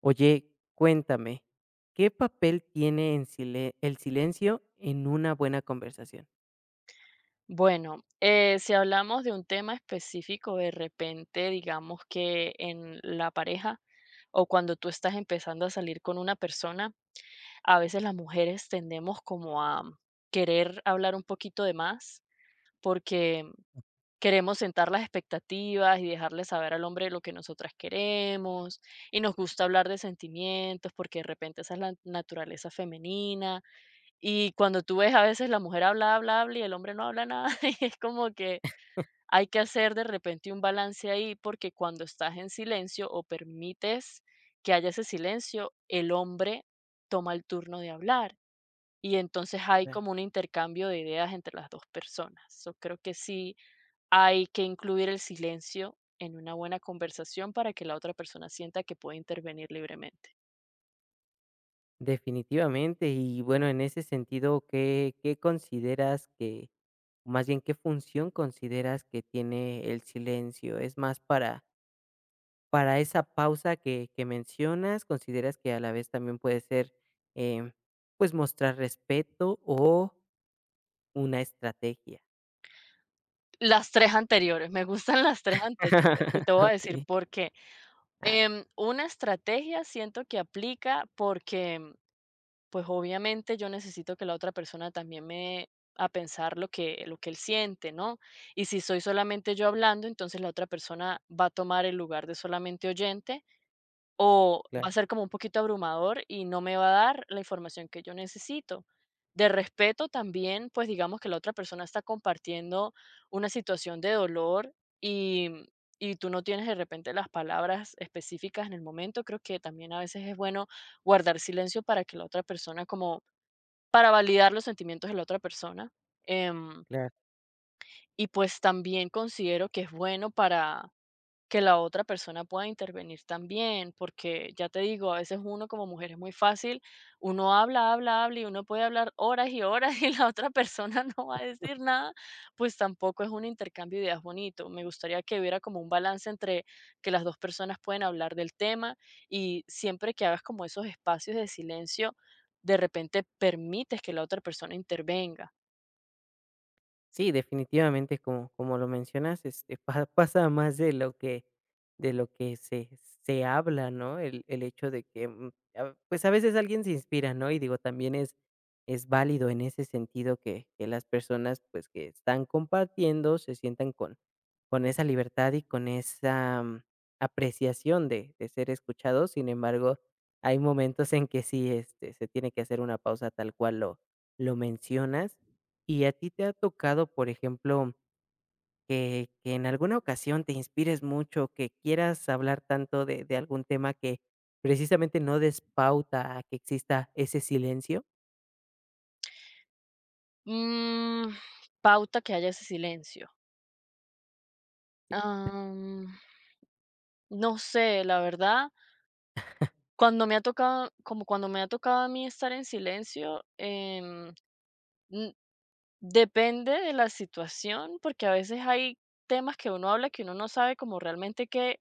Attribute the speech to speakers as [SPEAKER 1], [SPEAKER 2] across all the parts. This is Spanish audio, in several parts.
[SPEAKER 1] Oye, cuéntame, ¿qué papel tiene en el silencio en una buena conversación?
[SPEAKER 2] Bueno, si hablamos de un tema específico, de repente, digamos que en la pareja o cuando tú estás empezando a salir con una persona, a veces las mujeres tendemos como a querer hablar un poquito de más porque queremos sentar las expectativas y dejarle saber al hombre lo que nosotras queremos, y nos gusta hablar de sentimientos porque de repente esa es la naturaleza femenina. Y cuando tú ves, a veces la mujer habla, habla, habla y el hombre no habla nada y es como que hay que hacer de repente un balance ahí, porque cuando estás en silencio o permites que haya ese silencio, el hombre toma el turno de hablar y entonces hay
[SPEAKER 1] Claro.
[SPEAKER 2] como un intercambio de ideas entre las dos personas. Yo creo que sí hay que incluir el silencio en una buena conversación para que la otra persona sienta que puede intervenir libremente.
[SPEAKER 1] Definitivamente. Y bueno, en ese sentido, ¿qué consideras que, más bien, ¿qué función consideras que tiene el silencio? ¿Es más para esa pausa que mencionas? ¿Consideras que a la vez también puede ser, em, pues, mostrar respeto o una estrategia?
[SPEAKER 2] Las 3 anteriores, me gustan las 3 anteriores y te voy a decir
[SPEAKER 1] ok,
[SPEAKER 2] por qué.
[SPEAKER 1] a ver.
[SPEAKER 2] Una estrategia siento que aplica porque pues obviamente yo necesito que la otra persona también me a pensar lo que él siente, ¿no? Y si soy solamente yo hablando, entonces la otra persona va a tomar el lugar de solamente oyente o
[SPEAKER 1] Claro.
[SPEAKER 2] va a ser como un poquito abrumador y no me va a dar la información que yo necesito. De respeto también, pues digamos que la otra persona está compartiendo una situación de dolor y, y tú no tienes de repente las palabras específicas en el momento, creo que también a veces es bueno guardar silencio para que la otra persona, como para validar los sentimientos de la otra persona. Em,
[SPEAKER 1] Claro.
[SPEAKER 2] y pues también considero que es bueno para que la otra persona pueda intervenir también, porque ya te digo, a veces uno como mujer es muy fácil, uno habla, habla, habla y uno puede hablar horas y horas y la otra persona no va a decir nada, pues tampoco es un intercambio de ideas bonito. Me gustaría que hubiera como un balance entre que las dos personas pueden hablar del tema, y siempre que hagas como esos espacios de silencio, de repente permites que la otra persona intervenga.
[SPEAKER 1] Sí, definitivamente, como como lo mencionas, este, pa pasa más de lo que de lo que se se habla, ¿no? El hecho de que, a pues, a veces alguien se inspira, ¿no? Y digo, también es válido en ese sentido que las personas, pues, que están compartiendo se sientan con esa libertad y con esa, apreciación de ser escuchados. Sin embargo, hay momentos en que sí, este, se tiene que hacer una pausa tal cual lo mencionas. ¿Y a ti te ha tocado, por ejemplo, que en alguna ocasión te inspires mucho, que quieras hablar tanto de algún tema que precisamente no despauta a que exista ese silencio?
[SPEAKER 2] Mm, Pauta que haya ese
[SPEAKER 1] Sí.
[SPEAKER 2] silencio. No sé, la verdad, cuando me ha tocado, como cuando me ha tocado a mí estar en silencio, mm, depende de la situación, porque a veces hay temas que uno habla que uno no sabe como realmente qué,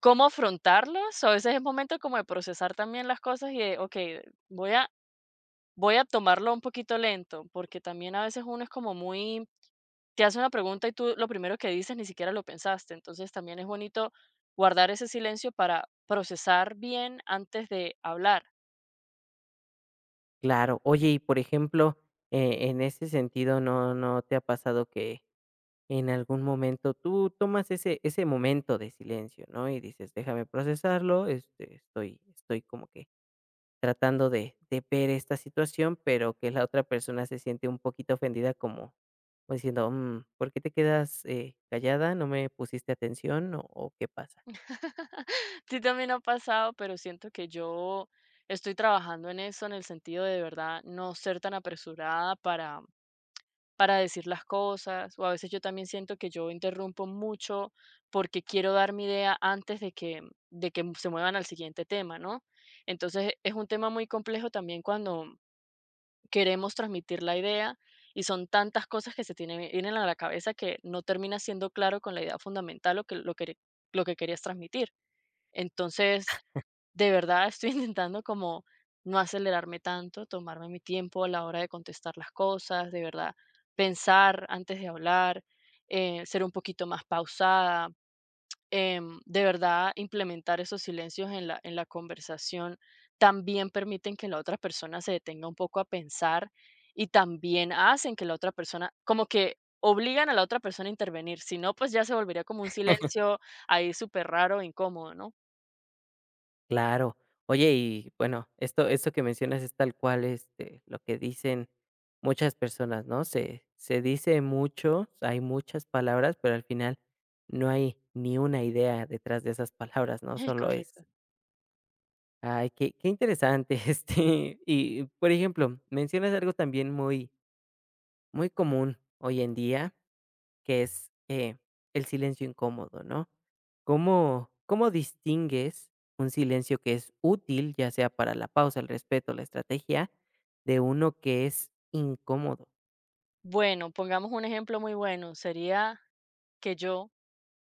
[SPEAKER 2] cómo afrontarlos, o a veces es momento como de procesar también las cosas y de, okey, voy a voy a tomarlo un poquito lento, porque también a veces uno es como muy, te hace una pregunta y tú lo primero que dices ni siquiera lo pensaste. Entonces también es bonito guardar ese silencio para procesar bien antes de hablar.
[SPEAKER 1] Claro. Oye, y por ejemplo, en ese sentido, ¿no, no te ha pasado que en algún momento tú tomas ese, ese momento de silencio? ¿No? Y dices, déjame procesarlo, este, estoy como que tratando de ver esta situación, pero que la otra persona se siente un poquito ofendida como como diciendo: "Mm, ¿por qué te quedas, callada? ¿No me pusiste atención o qué pasa?".
[SPEAKER 2] Sí, también ha pasado, pero siento que yo estoy trabajando en eso, en el sentido de verdad no ser tan apresurada para, decir las cosas. O a veces yo también siento que yo interrumpo mucho porque quiero dar mi idea antes de que se muevan al siguiente tema, ¿no? Entonces es un tema muy complejo también cuando queremos transmitir la idea y son tantas cosas que se tiene- vienen a la cabeza, que no termina siendo claro con la idea fundamental lo que, querías transmitir. Entonces, de verdad estoy intentando como no acelerarme tanto, tomarme mi tiempo a la hora de contestar las cosas, de verdad pensar antes de hablar, ser un poquito más pausada, de verdad implementar esos silencios en la conversación también permiten que la otra persona se detenga un poco a pensar, y también hacen que la otra persona, como que obligan a la otra persona a intervenir, si no, pues ya se volvería como un silencio ahí súper raro, incómodo, ¿no?
[SPEAKER 1] Claro. Oye, y bueno, esto esto que mencionas es tal cual, este, lo que dicen muchas personas, ¿no? Se dice mucho, hay muchas palabras, pero al final no hay ni una idea detrás de esas palabras, ¿no? Solo
[SPEAKER 2] Correcto.
[SPEAKER 1] es. Ay, qué qué interesante, este, y, por ejemplo, mencionas algo también muy muy común hoy en día, que es, el silencio incómodo, ¿no? ¿Cómo distingues un silencio que es útil, ya sea para la pausa, el respeto, la estrategia, de uno que es incómodo?
[SPEAKER 2] Bueno, pongamos un ejemplo muy bueno. Sería que yo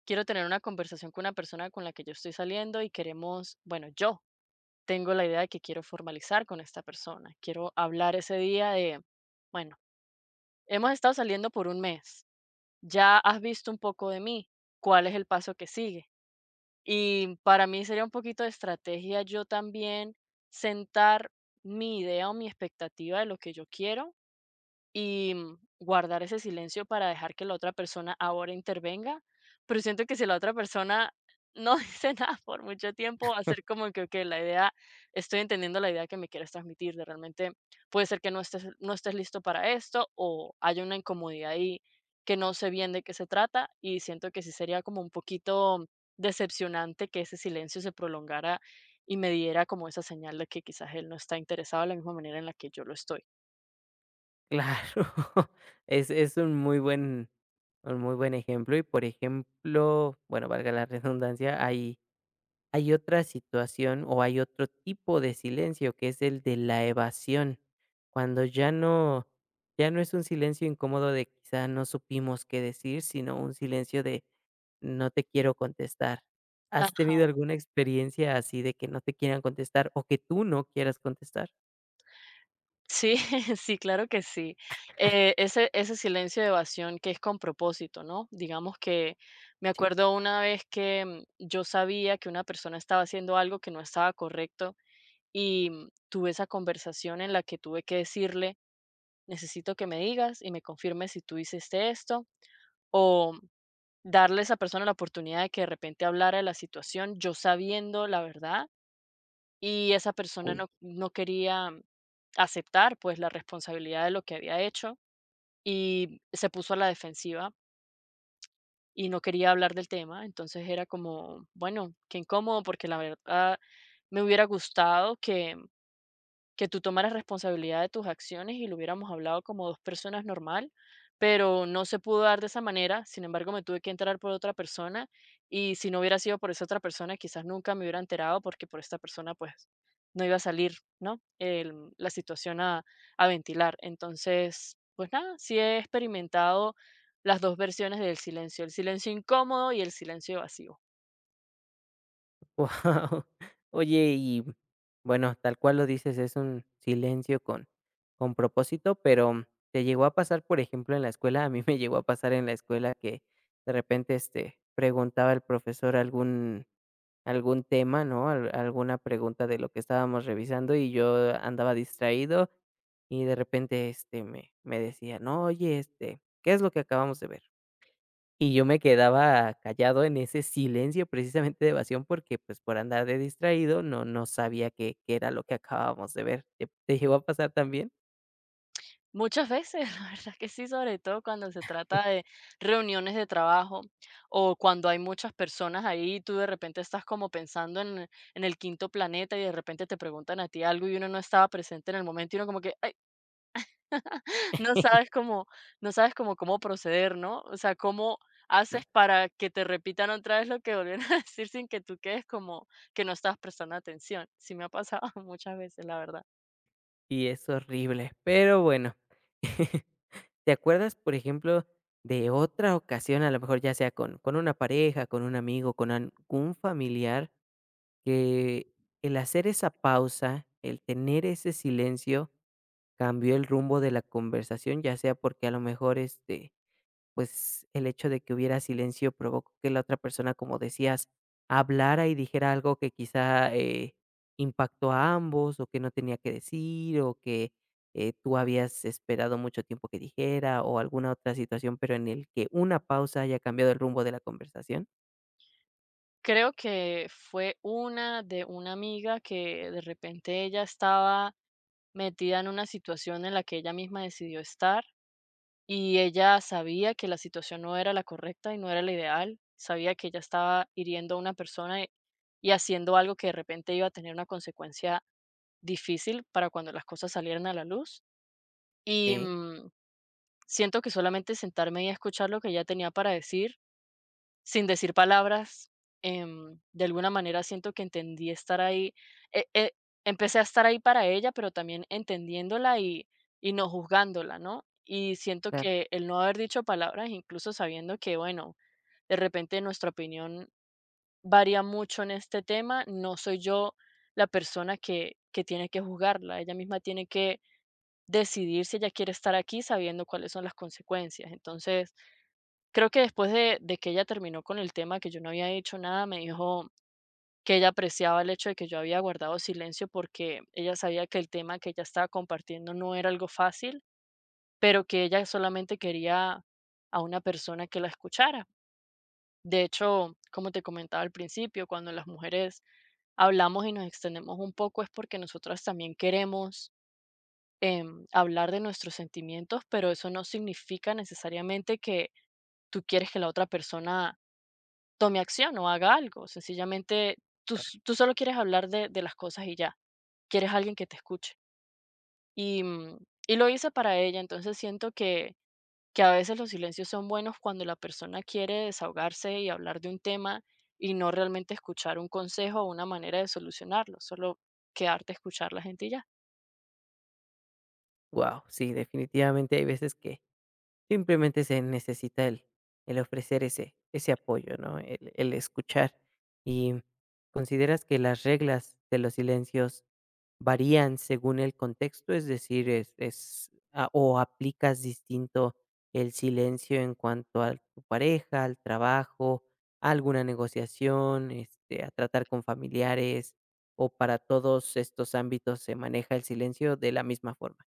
[SPEAKER 2] quiero tener una conversación con una persona con la que yo estoy saliendo y queremos, bueno, yo tengo la idea de que quiero formalizar con esta persona. Quiero hablar ese día de, bueno, hemos estado saliendo por un mes, ya has visto un poco de mí, ¿cuál es el paso que sigue? Y para mí sería un poquito de estrategia yo también sentar mi idea o mi expectativa de lo que yo quiero, y guardar ese silencio para dejar que la otra persona ahora intervenga, pero siento que si la otra persona no dice nada por mucho tiempo, hacer como que, ok, la idea, estoy entendiendo la idea que me quieres transmitir, de realmente puede ser que no estés, no estés listo para esto, o hay una incomodidad ahí que no sé bien de qué se trata, y siento que sí sería como un poquito decepcionante que ese silencio se prolongara y me diera como esa señal de que quizás él no está interesado de la misma manera en la que yo lo estoy.
[SPEAKER 1] Claro, es un muy buen ejemplo y, por ejemplo, bueno, valga la redundancia, hay otra situación o hay otro tipo de silencio que es el de la evasión, cuando ya no ya no es un silencio incómodo de quizá no supimos qué decir, sino un silencio de no te quiero contestar. ¿Has
[SPEAKER 2] Ajá.
[SPEAKER 1] tenido alguna experiencia así de que no te quieran contestar o que tú no quieras contestar?
[SPEAKER 2] Sí, sí, claro que sí. Ese, ese silencio de evasión que es con propósito, ¿no? Digamos que me acuerdo una vez que yo sabía que una persona estaba haciendo algo que no estaba correcto, y tuve esa conversación en la que tuve que decirle, necesito que me digas y me confirmes si tú hiciste esto, o darle a esa persona la oportunidad de que de repente hablara de la situación, yo sabiendo la verdad, y esa persona
[SPEAKER 1] Sí.
[SPEAKER 2] no quería aceptar pues la responsabilidad de lo que había hecho y se puso a la defensiva y no quería hablar del tema. Entonces era como, bueno, qué incómodo, porque la verdad me hubiera gustado que tú tomaras responsabilidad de tus acciones y lo hubiéramos hablado como dos personas normal, pero no se pudo dar de esa manera. Sin embargo, me tuve que enterar por otra persona, y si no hubiera sido por esa otra persona quizás nunca me hubiera enterado, porque por esta persona pues no iba a salir, ¿no?, el- la situación a ventilar. Entonces, pues nada, sí he experimentado las dos versiones del silencio: el silencio incómodo y el silencio vacío.
[SPEAKER 1] Guau. Oye, y bueno, tal cual lo dices, es un silencio con propósito, pero te llegó a pasar, por ejemplo, en la escuela. A mí me llegó a pasar en la escuela que de repente este, preguntaba el profesor algún, algún tema, ¿no? Alguna pregunta de lo que estábamos revisando y yo andaba distraído y de repente este, me decía, no, oye, este, ¿qué es lo que acabamos de ver? Y yo me quedaba callado en ese silencio precisamente de evasión porque, pues, por andar de distraído no sabía qué qué era lo que acabábamos de ver. Te llegó a pasar también?
[SPEAKER 2] Muchas veces, la verdad que sí, sobre todo cuando se trata de reuniones de trabajo o cuando hay muchas personas ahí y tú de repente estás como pensando en el quinto planeta y de repente te preguntan a ti algo y uno no estaba presente en el momento y uno como que ay, no sabes cómo, no sabes cómo, cómo proceder, ¿no? O sea, cómo haces
[SPEAKER 1] Exacto,
[SPEAKER 2] para que te repitan otra vez lo que volvieron a decir sin que tú quedes como que no estás prestando atención. Sí me ha pasado muchas veces, la verdad.
[SPEAKER 1] y es horrible, pero bueno. ¿Te acuerdas, por ejemplo, de otra ocasión, a lo mejor ya sea con una pareja, con un amigo, con algún familiar, que el hacer esa pausa, el tener ese silencio, cambió el rumbo de la conversación? Ya sea porque a lo mejor, este, pues, el hecho de que hubiera silencio provocó que la otra persona, como decías, hablara y dijera algo que quizá, impactó a ambos, o que no tenía que decir, o que, tú habías esperado mucho tiempo que dijera, o alguna otra situación, pero en el que una pausa haya cambiado el rumbo de la conversación.
[SPEAKER 2] Creo que fue una de una amiga que de repente ella estaba metida en una situación en la que ella misma decidió estar, y ella sabía que la situación no era la correcta y no era la ideal, sabía que ella estaba hiriendo a una persona y haciendo algo que de repente iba a tener una consecuencia difícil para cuando las cosas salieran a la luz. Y
[SPEAKER 1] Okey.
[SPEAKER 2] siento que solamente sentarme y escuchar lo que ella tenía para decir, sin decir palabras, em, de alguna manera siento que entendí estar ahí, eh, eh, empecé a estar ahí para ella, pero también entendiéndola y no juzgándola, ¿no? Y siento
[SPEAKER 1] Claro.
[SPEAKER 2] que el no haber dicho palabras, incluso sabiendo que, bueno, de repente nuestra opinión varía mucho en este tema, no soy yo la persona que tiene que juzgarla, ella misma tiene que decidir si ella quiere estar aquí sabiendo cuáles son las consecuencias. Entonces, creo que después de que ella terminó con el tema, que yo no había dicho nada, me dijo que ella apreciaba el hecho de que yo había guardado silencio, porque ella sabía que el tema que ella estaba compartiendo no era algo fácil, pero que ella solamente quería a una persona que la escuchara. De hecho, como te comentaba al principio, cuando las mujeres hablamos y nos extendemos un poco es porque nosotras también queremos, hablar de nuestros sentimientos, pero eso no significa necesariamente que tú quieres que la otra persona tome acción o haga algo. Sencillamente, tú, tú solo quieres hablar de las cosas y ya. Quieres alguien que te escuche. Y, mm, y lo hice para ella, entonces siento que a veces los silencios son buenos cuando la persona quiere desahogarse y hablar de un tema y no realmente escuchar un consejo o una manera de solucionarlo, solo quedarte a escuchar la gente y ya.
[SPEAKER 1] Wow. Sí, definitivamente hay veces que simplemente se necesita el ofrecer ese ese apoyo, ¿no? El escuchar. ¿Y consideras que las reglas de los silencios varían según el contexto? Es decir, es a o aplicas distinto el silencio en cuanto a tu pareja, al trabajo, a alguna negociación, este, a tratar con familiares, o para todos estos ámbitos se maneja el silencio de la misma forma.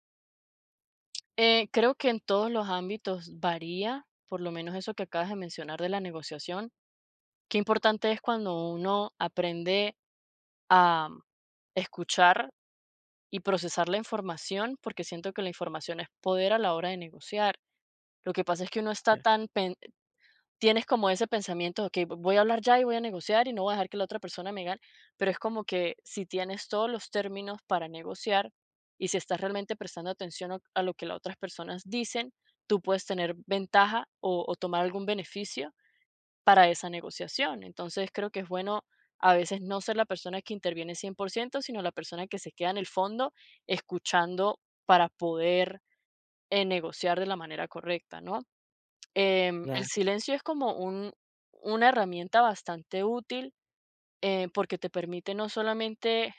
[SPEAKER 2] Creo que en todos los ámbitos varía, por lo menos eso que acabas de mencionar de la negociación. Qué importante es cuando uno aprende a escuchar y procesar la información, porque siento que la información es poder a la hora de negociar. Lo que pasa es que uno está tan, tienes como ese pensamiento, ok, voy a hablar ya y voy a negociar y no voy a dejar que la otra persona me gane, pero es como que si tienes todos los términos para negociar y si estás realmente prestando atención a lo que las otras personas dicen, tú puedes tener ventaja o tomar algún beneficio para esa negociación. Entonces, creo que es bueno a veces no ser la persona que interviene 100%, sino la persona que se queda en el fondo escuchando para poder, negociar de la manera correcta, ¿no? El silencio es como un, una herramienta bastante útil, porque te permite no solamente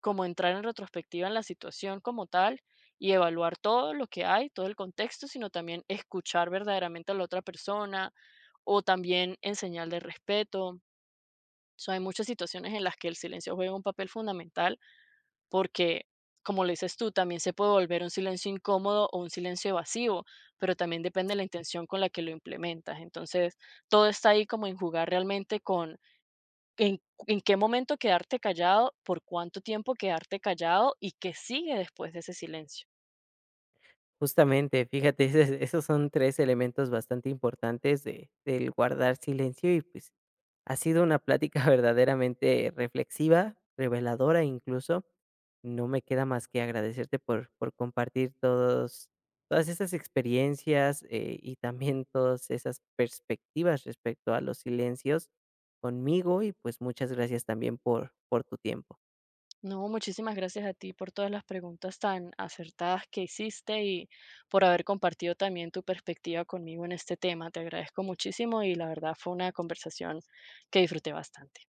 [SPEAKER 2] como entrar en retrospectiva en la situación como tal y evaluar todo lo que hay, todo el contexto, sino también escuchar verdaderamente a la otra persona o también en señal de respeto. So, hay muchas situaciones en las que el silencio juega un papel fundamental porque, como lo dices tú, también se puede volver un silencio incómodo o un silencio evasivo, pero también depende de la intención con la que lo implementas. Entonces, todo está ahí como en jugar realmente con, en, en, qué momento quedarte callado, por cuánto tiempo quedarte callado y qué sigue después de ese silencio.
[SPEAKER 1] Justamente, fíjate, esos esos son 3 elementos bastante importantes de del guardar silencio y, pues, ha sido una plática verdaderamente reflexiva, reveladora incluso. No me queda más que agradecerte por compartir todos todas esas experiencias, y también todas esas perspectivas respecto a los silencios conmigo y, pues, muchas gracias también por tu tiempo.
[SPEAKER 2] No, muchísimas gracias a ti por todas las preguntas tan acertadas que hiciste y por haber compartido también tu perspectiva conmigo en este tema. Te agradezco muchísimo y la verdad fue una conversación que disfruté bastante.